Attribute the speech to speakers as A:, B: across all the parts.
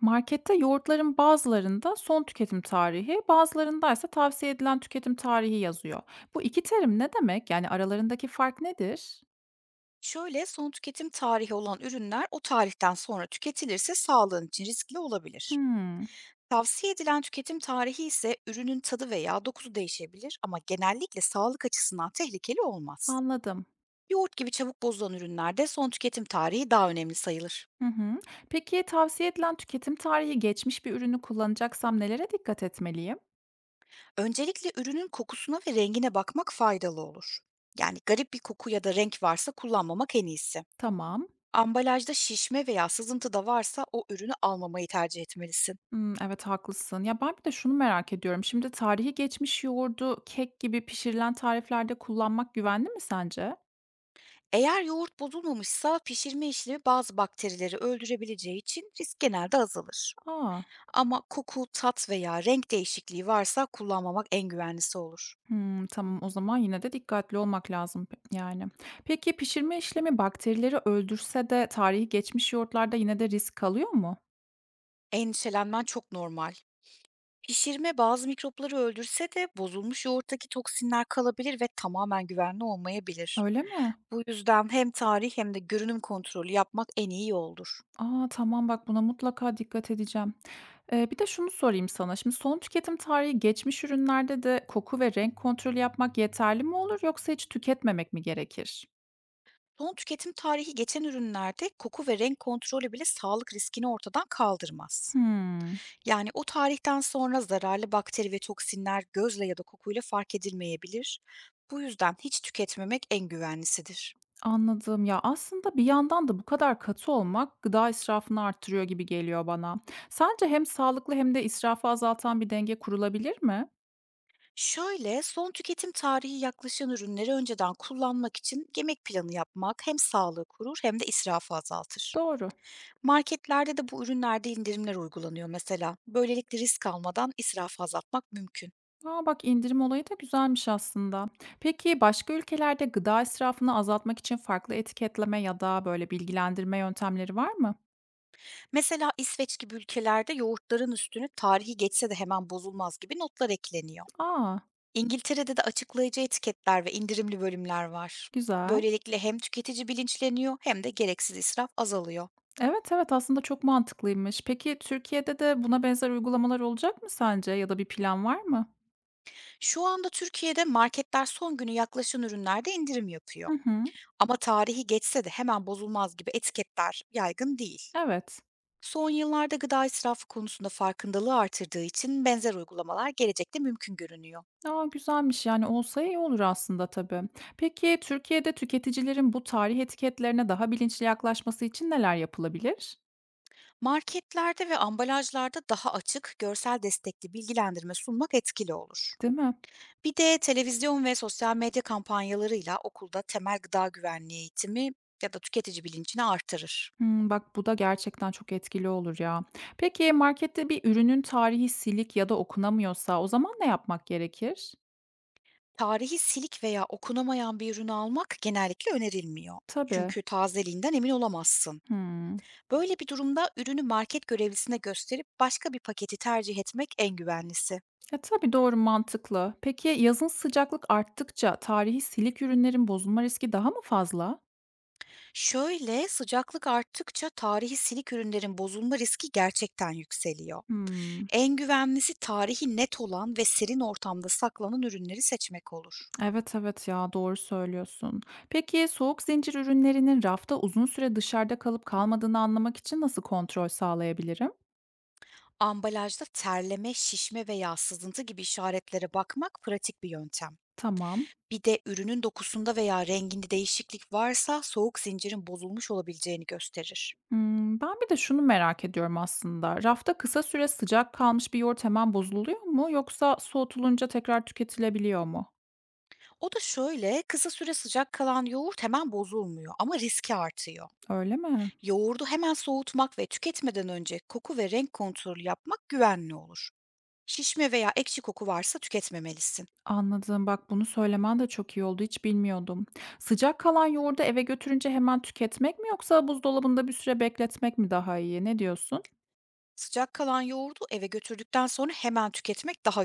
A: Markette yoğurtların bazılarında son tüketim tarihi, bazılarında ise tavsiye edilen tüketim tarihi yazıyor. Bu iki terim ne demek? Yani aralarındaki fark nedir?
B: Şöyle, son tüketim tarihi olan ürünler o tarihten sonra tüketilirse sağlığın için riskli olabilir.
A: Hmm,
B: Tavsiye edilen tüketim tarihi ise ürünün tadı veya dokusu değişebilir ama genellikle sağlık açısından tehlikeli olmaz.
A: anladım.
B: Yoğurt gibi çabuk bozulan ürünlerde son tüketim tarihi daha önemli sayılır.
A: Hı hı. Peki tavsiye edilen tüketim tarihi geçmiş bir ürünü kullanacaksam nelere dikkat etmeliyim?
B: Öncelikle ürünün kokusuna ve rengine bakmak faydalı olur. Yani garip bir koku ya da renk varsa kullanmamak en iyisi.
A: Tamam.
B: Ambalajda şişme veya sızıntı da varsa o ürünü almamayı tercih etmelisin.
A: Hmm, evet haklısın. Ya ben bir de şunu merak ediyorum. Şimdi tarihi geçmiş yoğurdu kek gibi pişirilen tariflerde kullanmak güvenli mi sence?
B: Eğer yoğurt bozulmamışsa pişirme işlemi bazı bakterileri öldürebileceği için risk genelde azalır.
A: Aa.
B: Ama koku, tat veya renk değişikliği varsa kullanmamak en güvenlisi olur.
A: Hımm, tamam o zaman yine de dikkatli olmak lazım yani. Peki pişirme işlemi bakterileri öldürse de tarihi geçmiş yoğurtlarda yine de risk kalıyor mu?
B: Endişelenmen çok normal. Pişirme bazı mikropları öldürse de bozulmuş yoğurttaki toksinler kalabilir ve tamamen güvenli olmayabilir.
A: Öyle mi?
B: Bu yüzden hem tarih hem de görünüm kontrolü yapmak en iyi yoldur.
A: A, tamam bak buna mutlaka dikkat edeceğim. Bir de şunu sorayım sana, şimdi son tüketim tarihi geçmiş ürünlerde de koku ve renk kontrolü yapmak yeterli mi olur yoksa hiç tüketmemek mi gerekir?
B: Son tüketim tarihi geçen ürünlerde koku ve renk kontrolü bile sağlık riskini ortadan kaldırmaz.
A: Hımm.
B: Yani o tarihten sonra zararlı bakteri ve toksinler gözle ya da kokuyla fark edilmeyebilir. Bu yüzden hiç tüketmemek en güvenlisidir.
A: Anladım. Ya, aslında bir yandan da bu kadar katı olmak gıda israfını arttırıyor gibi geliyor bana. Sence hem sağlıklı hem de israfı azaltan bir denge kurulabilir mi?
B: Şöyle, son tüketim tarihi yaklaşan ürünleri önceden kullanmak için yemek planı yapmak hem sağlığı korur hem de israfı azaltır.
A: Doğru.
B: Marketlerde de bu ürünlerde indirimler uygulanıyor mesela. Böylelikle risk almadan israfı azaltmak mümkün.
A: Aa, bak indirim olayı da güzelmiş aslında. Peki başka ülkelerde gıda israfını azaltmak için farklı etiketleme ya da böyle bilgilendirme yöntemleri var mı?
B: Mesela İsveç gibi ülkelerde yoğurtların üstüne tarihi geçse de hemen bozulmaz gibi notlar ekleniyor.
A: Aa,
B: İngiltere'de de açıklayıcı etiketler ve indirimli bölümler var.
A: güzel.
B: Böylelikle hem tüketici bilinçleniyor hem de gereksiz israf azalıyor.
A: Evet evet aslında çok mantıklıymış. Peki Türkiye'de de buna benzer uygulamalar olacak mı sence ya da bir plan var mı?
B: Şu anda Türkiye'de marketler son günü yaklaşan ürünlerde indirim yapıyor.
A: Hı hı.
B: Ama tarihi geçse de hemen bozulmaz gibi etiketler yaygın değil.
A: Evet.
B: Son yıllarda gıda israfı konusunda farkındalığı artırdığı için benzer uygulamalar gelecekte mümkün görünüyor.
A: A, güzelmiş, yani, olsa iyi olur aslında tabii. Peki, Türkiye'de tüketicilerin bu tarih etiketlerine daha bilinçli yaklaşması için neler yapılabilir?
B: Marketlerde ve ambalajlarda daha açık, görsel destekli bilgilendirme sunmak etkili olur.
A: Değil mi?
B: Bir de televizyon ve sosyal medya kampanyalarıyla okulda temel gıda güvenliği eğitimi ya da tüketici bilincini artırır.
A: Hımm, bak bu da gerçekten çok etkili olur ya. Peki, markette bir ürünün tarihi silik ya da okunamıyorsa o zaman ne yapmak gerekir?
B: Tarihi silik veya okunamayan bir ürünü almak genellikle önerilmiyor.
A: Tabii.
B: Çünkü tazeliğinden emin olamazsın.
A: Hımm.
B: Böyle bir durumda ürünü market görevlisine gösterip başka bir paketi tercih etmek en güvenlisi.
A: E, tabii, doğru, mantıklı. Peki, yazın sıcaklık arttıkça tarihi silik ürünlerin bozulma riski daha mı fazla?
B: Şöyle sıcaklık arttıkça tarihi silik ürünlerin bozulma riski gerçekten yükseliyor.
A: Hımm.
B: En güvenlisi tarihi net olan ve serin ortamda saklanan ürünleri seçmek olur.
A: Evet, evet ya, doğru söylüyorsun. Peki soğuk zincir ürünlerinin rafta uzun süre dışarıda kalıp kalmadığını anlamak için nasıl kontrol sağlayabilirim?
B: Ambalajda terleme, şişme veya sızıntı gibi işaretlere bakmak pratik bir yöntem.
A: Tamam.
B: Bir de ürünün dokusunda veya renginde değişiklik varsa soğuk zincirin bozulmuş olabileceğini gösterir.
A: Hmm, ben bir de şunu merak ediyorum aslında. Rafta kısa süre sıcak kalmış bir yoğurt hemen bozuluyor mu yoksa soğutulunca tekrar tüketilebiliyor mu?
B: O da şöyle, kısa süre sıcak kalan yoğurt hemen bozulmuyor ama riski artıyor.
A: Öyle mi?
B: Yoğurdu hemen soğutmak ve tüketmeden önce koku ve renk kontrolü yapmak güvenli olur. Şişme veya ekşi koku varsa tüketmemelisin.
A: Anladım. Bak bunu söylemen de çok iyi oldu. Hiç bilmiyordum. Sıcak kalan yoğurdu eve götürünce hemen tüketmek mi yoksa buzdolabında bir süre bekletmek mi daha iyi? Ne diyorsun?
B: Sıcak kalan yoğurdu eve götürdükten sonra hemen tüketmek daha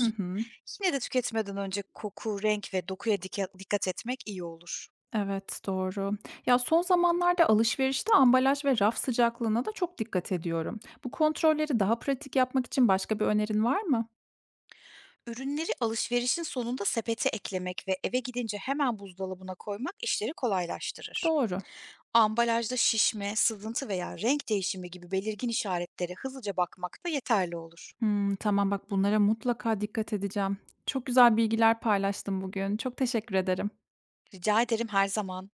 A: Hı hı.
B: Yine de tüketmeden önce koku, renk ve dokuya dikkat etmek iyi olur.
A: Evet, doğru. Ya son zamanlarda alışverişte ambalaj ve raf sıcaklığına da çok dikkat ediyorum. Bu kontrolleri daha pratik yapmak için başka bir önerin var mı?
B: Ürünleri alışverişin sonunda sepete eklemek ve eve gidince hemen buzdolabına koymak işleri kolaylaştırır.
A: Doğru.
B: Ambalajda şişme, sızıntı veya renk değişimi gibi belirgin işaretlere hızlıca bakmak da yeterli olur.
A: Hmm, tamam bak bunlara mutlaka dikkat edeceğim. Çok güzel bilgiler paylaştın bugün. Çok teşekkür ederim.
B: Rica ederim her zaman.